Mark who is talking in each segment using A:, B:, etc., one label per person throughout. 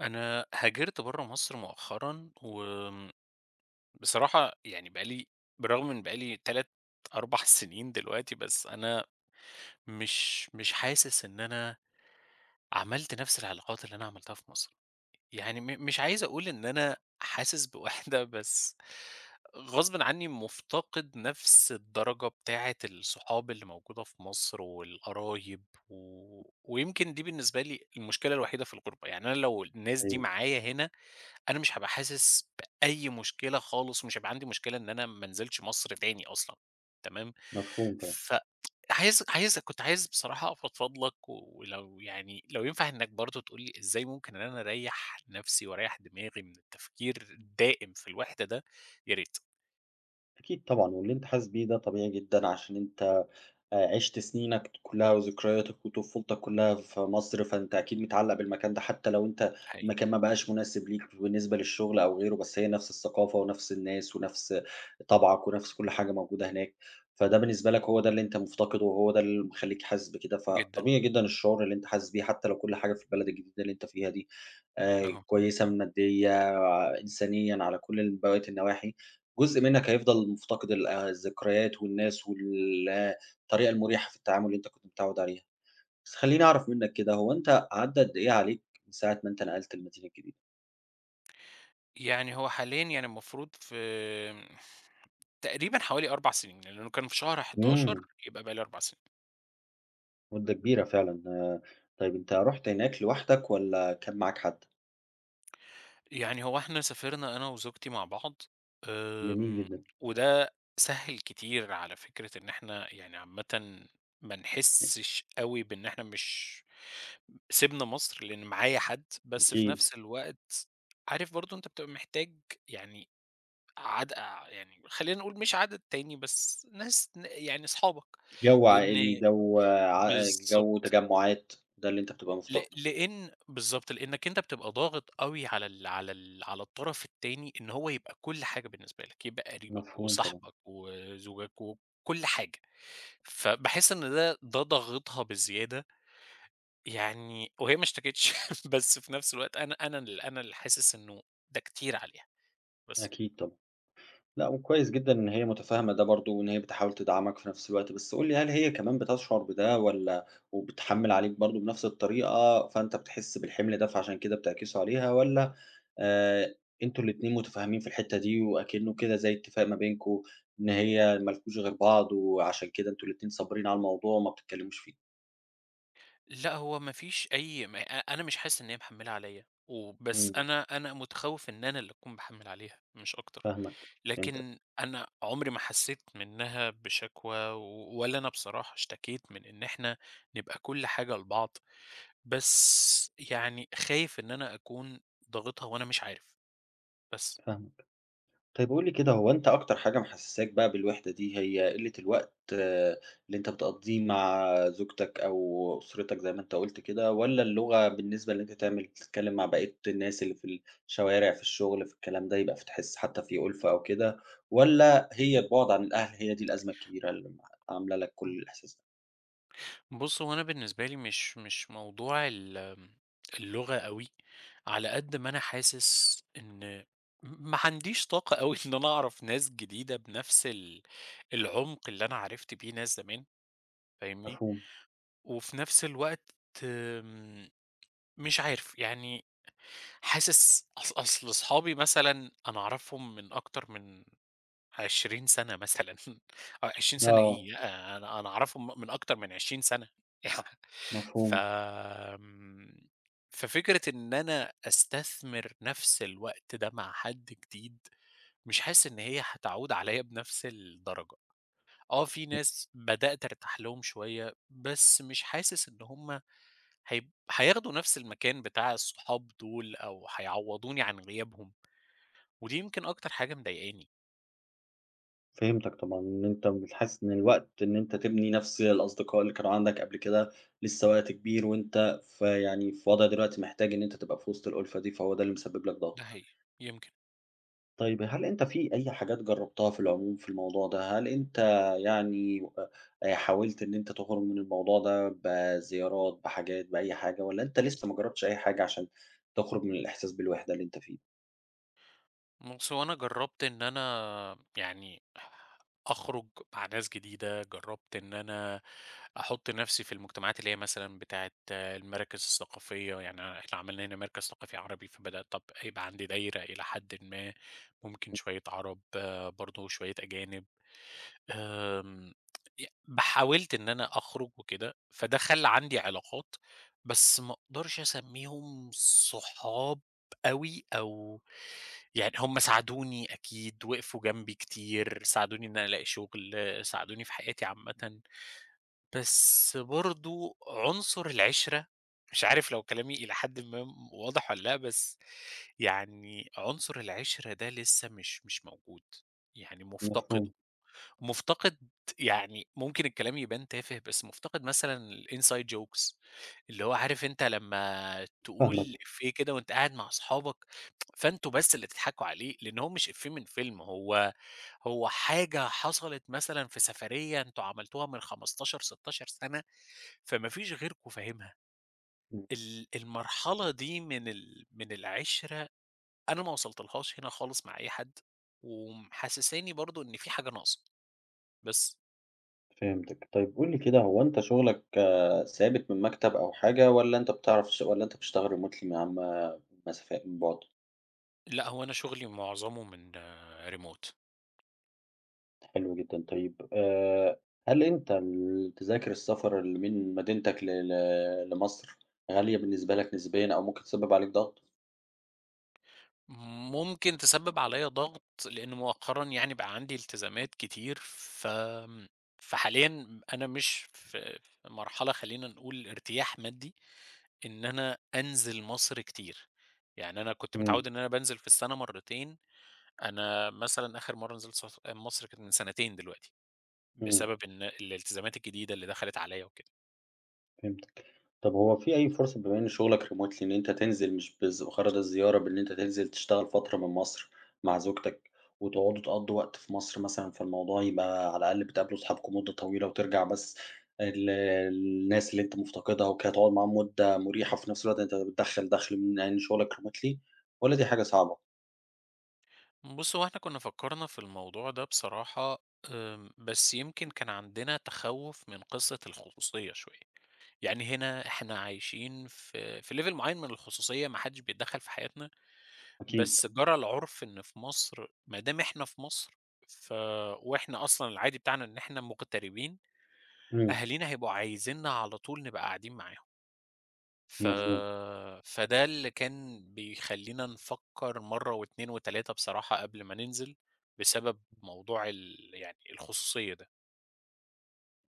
A: أنا هاجرت برّه مصر مؤخرًا، وآمم بصراحة يعني بقى لي بالرغم من بقى لي 3، 4 سنين دلوقتي، بس أنا مش حاسس إن أنا عملت نفس العلاقات اللي أنا عملتها في مصر، يعني مش عايز أقول إن أنا حاسس بوحدة، بس غصبٍ عني مُفتقد نفس الدرجة بتاعة الصحاب اللي موجودة في مصر والقرايب، ويمكن دي بالنسبة لي المشكلة الوحيدة في الغربة. يعني أنا لو الناس دي
B: أيوه،
A: معايا هنا أنا مش هابقى حاسس بأي مشكلة خالص، ومش هيبقى عندي مشكلة إن أنا ما انزلش مصر تاني أصلًا، تمام؟
B: مفهوم طبعًا.
A: ف عايز عايز كنت عايز بصراحة أفضفض لك، و- ولو يعني لو ينفع إنك برضه تقول لي إزاي ممكن إن أنا أريّح نفسي وأريّح دماغي من التفكير الدائم في الوحدة ده، يا ريت،
B: أكيد طبعًا، واللي أنت حاسس بيه ده طبيعي جدًا عشان أنت عِشت سنينك كلّها وذكرياتك وطفولتك كلّها في مصر، فأنت أكيد متعلّق بالمكان ده حتى لو أنت
A: حقيقي
B: المكان ما بقاش مناسب ليك بالنسبة للشغل أو غيره، بس هي نفس الثقافة ونفس الناس ونفس طبعك ونفس كل حاجة موجودة هناك، فده بالنسبة لك هو ده اللي أنت مفتقده وهو ده اللي مخلّيك حاسس بكده،
A: جدًا،
B: فطبيعي جدًا الشعور اللي أنت حاسس بيه حتى لو كل حاجة في البلد الجديدة اللي أنت فيها دي
A: أها.
B: كويسة ماديًا، إنسانيًا، على كل باقية النواحي. جزء منك هيفضل مفتقد ال الذكريات والناس وال الطريقة المُريحة في التعامل اللي أنت كنت متعوّد عليها. بس خلّيني أعرف منّك كده، هو أنت عدّى قد إيه عليك من ساعة ما أنت نقلت المدينة الجديدة؟
A: يعني هو حاليًا يعني المفروض في تقريبًا حوالي 4 سنين، لإنه كان في شهر 11،
B: إمم.
A: يبقى بقى لي 4 سنين.
B: مدة كبيرة فعلًا. طيب أنت رُحت هناك لوحدك والّا كان معاك حد؟
A: يعني هو إحنا سافرنا أنا وزوجتي مع بعض،
B: جميل
A: آمم،
B: جدًا.
A: وده سهّل كتير على فكرة إن إحنا يعني عامةً ما
B: أ
A: نحسّش أوي بإن إحنا مش سِبنا مصر، لإن معايا حد. بس في
B: أكيد.
A: نفس الوقت عارف برضه أنت بتبقى محتاج يعني عد يعني خلّينا نقول مش عدد تاني بس ناس ن يعني أصحابك،
B: جو عائلي،
A: لإن
B: جو
A: بالضبط.
B: تجمُّعات، ده اللي أنت بتبقى
A: ل
B: مفتقده.
A: لإن بالضبط، لإنّك أنت بتبقى ضاغط أوي على الطرف التاني إن هو يبقى كل حاجة بالنسبة لك، يبقى قريبك
B: مفهوم طبعًا.
A: وصاحبك وزوجك وكل حاجة. فباحس إن ده ضاغطها بزيادة يعني، وهي ما اشتكتش بس في نفس الوقت أنا اللي حاسس إنه ده كتير عليها بس.
B: أكيد طبعًا. لأ، وكويس جدًا إن هي متفاهمة ده برضه، وإن هي بتحاول تدعمك في نفس الوقت، بس قُل لي هل هي كمان بتشعر بده والّا وبتحمّل عليك برضه بنفس الطريقة، فأنت بتحس بالحمل ده فعشان كده بتعكسه عليها، والّا آآ أنتم الاتنين متفاهمين في الحتة دي وأكنه كده زي اتفاق ما بينكم إن هي ما لكوش غير بعض، وعشان كده أنتم الاتنين صابرين على الموضوع وما بتتكلموش فيه؟
A: لأ، هو ما فيش أي ما أ أنا مش حاسس إن هي محمّلة عليّا، وبس
B: إمم،
A: أنا متخوّف إن أنا اللي أكون باحمّل عليها مش أكتر.
B: فاهمك، فهمتك،
A: لكن أنا عمري ما حسّيت منّها بشكوى، و ولا أنا بصراحة اشتكيت من إن إحنا نبقى كل حاجة لبعض، بس يعني خايف إن أنا أكون ضاغطها وأنا مش عارف بس.
B: فاهمك. طيب قُل لي كده، هو أنت أكتر حاجة محسّساك بقى بالوحدة دي هي قِلّة الوقت اللي أنت بتقضّيه مع زوجتك أو أسرتك زي ما أنت قُلت كده، والّا اللغة بالنسبة إن أنت تعمل تتكلّم مع بقية الناس اللي في الشوارع، في الشغل، في الكلام ده، يبقى فتحس حتى في أُلفة أو كده، والّا هي البُعد عن الأهل هي دي الأزمة الكبيرة اللي عاملة لك
A: إمم.
B: كل الإحساس ده؟
A: بُص، هو أنا بالنسبة لي مش موضوع ال آمم، اللغة أوي، على قد ما أنا حاسس إن ما عنديش طاقة أوي إن أنا أعرف ناس جديدة بنفس العمق اللي أنا عرفت بيه ناس زمان، فاهمني؟
B: مفهوم،
A: وفي نفس الوقت آمم مش عارف، يعني حاسس أصل أصحابي مثلًا أنا أعرفهم من أكتر من 20 سَنة مثلًا، آه، 20 سَنة
B: آه،
A: إيه، لأ أنا أعرفهم من أكتر من 20 سَنة. ف
B: مفهوم.
A: آمم، ففكرة إن أنا أستثمر نفس الوقت ده مع حد جديد، مش حاسس إن هي هتعود عليَّ بنفس الدرجة. آه، في ناس بدأت أرتاح لهم شوية، بس مش حاسس إن هُم هياخدوا نفس المكان بتاع الصحاب دول أو هيعوّضوني عن غيابهم، ودي يمكن أكتر حاجة مضايقاني.
B: فهمتك طبعًا، إن أنت مش حاسس إن الوقت إن أنت تبني نفس الأصدقاء اللي كانوا عندك قبل كده، لسه وقت كبير وأنت في وضع دلوقتي محتاج إن أنت تبقى في وسط الألفة دي، فهو ده اللي مسبب لك
A: ده
B: ضغط.
A: حقيقي، يمكن.
B: طيب هل أنت في أي حاجات جربتها في العموم في الموضوع ده؟ هل أنت يعني حاولت إن أنت تخرج من الموضوع ده بزيارات، بحاجات، بأي حاجة، والّا أنت لسه ما جربتش أي حاجة عشان تخرج من الإحساس بالوحدة اللي أنت فيه؟
A: بُص، هو أنا جرّبت إن أنا يعني أخرج مع ناس جديدة، جرّبت إن أنا أحُط نفسي في المجتمعات اللي هي مثلًا بتاعة المراكز الثقافية. يعني أنا إحنا عملنا هنا مركز ثقافي عربي، فبدأت طَب يبقى عندي دايرة إلى حدٍ ما، ممكن شوية عرب آه، برضه شوية أجانب. آمم، ي ب حاولت إن أنا أخرج وكده، فده خلّى عندي علاقات، بس ما أقدرش أسميهم صحاب أوي، أو يعني هم ساعدوني أكيد، وقفوا جنبي كتير، ساعدوني إن أنا ألاقي شغل، ساعدوني في حياتي عامةً، بس برضه عنصر العِشرة مش عارف لو كلامي إلى حدٍ ما واضح والّا لأ، بس يعني عنصر العِشرة ده لسه مش موجود، يعني مُفتقده.
B: مفهوم،
A: مفتقد يعني ممكن الكلام يبان تافه، بس مفتقد مثلًا الinside jokes اللي هو عارف، أنت لمّا تقول
B: فاهمك.
A: إفيه كده وأنت قاعد مع أصحابك، فأنتم بس اللي تضحكوا عليه، لأن هو مش إفيه من فيلم، هو حاجة حصلت مثلًا في سفرية أنتم عملتوها من 15، 16 سنة، فما فيش غيركم فاهمها. المرحلة دي من العِشرة أنا ما وصلتلهاش هنا خالص مع أي حد، ومحسساني برضه إن في حاجة ناقصة، بس.
B: فهمتك. طيب قُل لي كده هو أنت شغلك ثابت من مكتب أو حاجة والّا أنت بتعرف تش والّا أنت بتشتغل remotely من عن مسافة من بُعد؟
A: لأ، هو أنا شغلي معظمه من remote.
B: حلو جدًا. طيب هل أنت تذاكر السفر اللي من مدينتك ل ل لمصر غالية بالنسبة لك نسبيًا أو ممكن تسبب عليك ضغط؟
A: ممكن تسبب عليَّ ضغط، لأن مؤخرًا يعني بقى عندي التزامات كتير، ف آمم، فحاليًا أنا مش في مرحلة، خلّينا نقول ارتياح مادي، إن أنا أنزل مصر كتير. يعني أنا كنت
B: إمم،
A: متعوّد إن أنا بانزل في السنة مرتين، أنا مثلًا آخر مرّة نزلت صف مصر كانت من سنتين دلوقتي،
B: إمم،
A: بسبب إن الالتزامات الجديدة اللي دخلت عليَّ وكده.
B: فهمت. طب هو في أي فرصة بما إن شغلك remotely إن أنت تنزل مش بغرض الزيارة بإن أنت تنزل تشتغل فترة من مصر مع زوجتك، وتقعدوا تقضّوا وقت في مصر مثلًا، فالموضوع يبقى على الأقل بتقابلوا صحابكم مدة طويلة وترجع بس الناس اللي أنت مفتقدها وكده تقعد معاهم مدة مريحة، في نفس الوقت أنت بتدخّل دخْل من إن شغلك remotely والّا دي حاجة صعبة؟
A: بُص، هو إحنا كنا فكّرنا في الموضوع ده بصراحة، بس يمكن كان عندنا تخوُّف من قصة الخصوصية شوية، يعني هنا إحنا عايشين في level معيّن من الخصوصية، ما حدّش بيتدخّل في حياتنا.
B: أكيد.
A: بس جرى العُرف إن في مصر، ما دام إحنا في مصر، ف وإحنا أصلًا العادي بتاعنا إن إحنا مغتربين،
B: إمم،
A: أهالينا هيبقوا عايزينّا على طول نبقى قاعدين معاهم. ف
B: مفهوم.
A: فده اللي كان بيخلّينا نفكّر مرّة و2 و3 بصراحة قبل ما ننزل، بسبب موضوع يعني الخصوصية ده.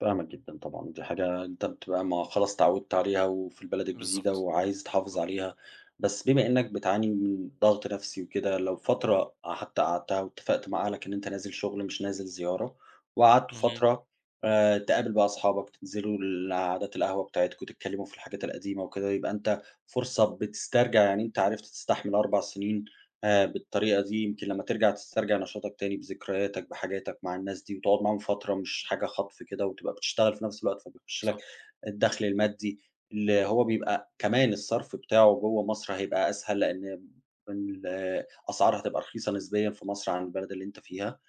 B: فاهمك جدًا طبعًا، دي حاجة أنت بتبقى ما خلاص اتعودت عليها وفي البلد الجديدة
A: بالضبط،
B: وعايز تحافظ
A: بالضبط.
B: عليها، بس بما إنك بتعاني من ضغط نفسي وكده، لو فترة حتى قعدتها واتفقت مع أهلك إن أنت نازل شغل مش نازل زيارة، وقعدتوا
A: اهم،
B: فترة، تقابل بقى أصحابك، تنزلوا القعدات القهوة بتاعتكم، تتكلموا في الحاجات القديمة وكده، يبقى أنت فرصة بتسترجع يعني أنت عرفت تستحمل 4 سنين بالطريقة دي يمكن لمّا ترجع تسترجع نشاطك تاني بذكرياتك، بحاجاتك مع الناس دي وتقعد معاهم فترة مش حاجة خطف كده وتبقى بتشتغل في نفس الوقت، فبيخش لك
A: صح،
B: الدخل المادي اللي هو بيبقى كمان الصرف بتاعه جوّه مصر هيبقى أسهل، لإن الأسعار هتبقى رخيصة نسبيًا في مصر عن البلد اللي أنت فيها،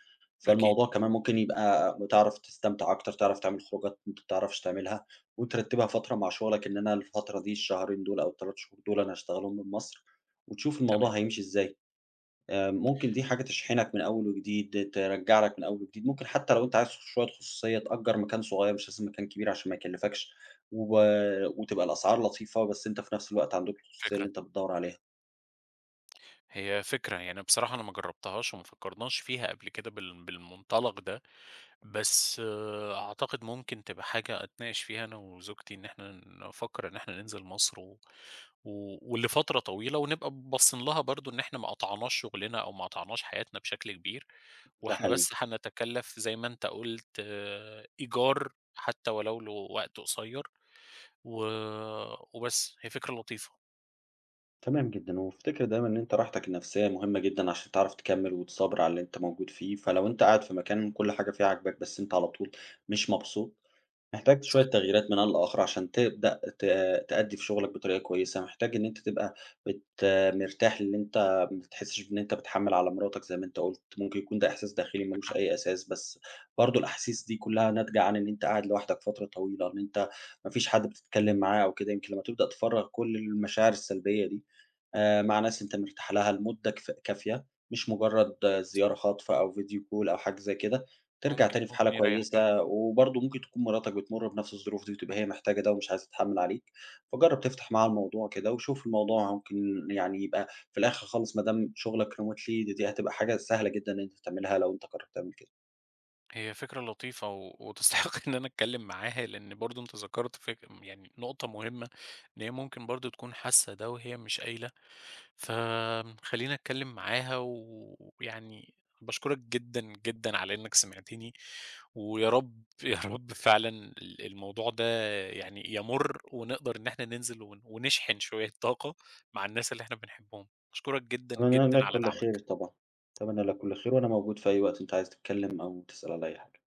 A: أكيد،
B: فالموضوع كمان ممكن يبقى بتعرف تستمتع أكتر، تعرف تعمل خروجات أنت ما بتعرفش تعملها وترتبها فترة مع شغلك إن أنا الفترة دي الشهرين دول أو ال3 شهور دول أنا هاشتغلهم من مصر، وتشوف الموضوع
A: تمام،
B: هيمشي إزاي. ممكن دي حاجة تشحنك من أول وجديد، ترجّع لك من أول وجديد، ممكن حتى لو أنت عايز شوية خصوصية تأجّر مكان صغير مش لازم مكان كبير عشان ما يكلّفكش، وب وتبقى الأسعار لطيفة، بس أنت في نفس الوقت عندك الخصوصية اللي
A: فكرة.
B: أنت بتدوّر عليها،
A: هي فكرة، يعني بصراحة أنا ما جرّبتهاش وما فكّرناش فيها قبل كده بالمنطلق ده. بس آه، أعتقد ممكن تبقى حاجة أتناقش فيها أنا وزوجتي إن إحنا نفكر إن إحنا ننزل مصر ولفترة طويلة، ونبقى باصين لها برضو إن إحنا ما قطعناش شغلنا أو ما قطعناش حياتنا بشكل كبير،
B: ده
A: وإحنا
B: حقيقي.
A: بس هنتكلف زي ما أنت قلت آه، إيجار حتى ولو لوقت قصير و... وبس هي فكرة لطيفة،
B: تمام جدًا، وافتكر دايمًا إن أنت راحتك النفسية مهمة جدًا عشان تعرف تكمّل وتصابر على اللي أنت موجود فيه، فلو أنت قاعد في مكان كل حاجة فيه عاجباك بس أنت على طول مش مبسوط محتاج شوية
A: صح،
B: تغييرات من آن لآخر عشان تبدأ تأدّي في شغلك بطريقة كويسة، محتاج إن أنت تبقى بت مرتاح إن أنت ما بتحسّش بإن أنت بتحمّل على مراتك زي ما أنت قُلت، ممكن يكون ده إحساس داخلي ما
A: عندك
B: لوش
A: حق،
B: أي أساس، بس برضه الأحاسيس دي كلّها ناتجة عن إن أنت قاعد لوحدك فترة طويلة، إن أنت ما فيش حد بتتكلّم معاه أو كده، يمكن لمّا تبدأ تفرّغ كل المشاعر السلبية دي، مع ناس أنت مرتاح لها لمدة كافية، مش مجرّد
A: صح،
B: زيارة خاطفة أو فيديو كول أو حاجة زي كده، ترجع
A: ممكن
B: تاني في حالة
A: ممكن يريح فعلا.
B: كويسة. وبرضه ممكن تكون مراتك بتمُر بنفس الظروف دي وتبقى هي محتاجة ده ومش عايزة تتحمّل عليك، فجرّب تفتح معاها الموضوع كده وشوف الموضوع ممكن يعني يبقى في الآخر خالص ما دام شغلك remotely دي هتبقى حاجة سهلة جدًا إن أنت تعملها لو أنت قرّرت تعمل كده.
A: هي فكرة لطيفة، و وتستحق إن أنا أتكلّم معاها، لإن برضه أنت ذكرت يعني نقطة مهمة، إن هي ممكن برضه تكون حاسة ده وهي مش قايلة، فخلّيني أتكلّم معاها و ويعني باشكرك جدًا، جدًا على إنك سمعتني، ويا رب، يا رب فعلًا الموضوع ده يعني يَمُر، ونقدر إن إحنا ننزل ونشحن شوية طاقة مع الناس اللي إحنا بنحبهم. باشكرك جدًا،
B: أتمنى
A: جدًا
B: لك
A: على
B: كل خير
A: دعمك.
B: طبعًا، أتمنى لك كل خير وأنا موجود في أي وقت أنت عايز تتكلّم أو تسأل على أي حاجة.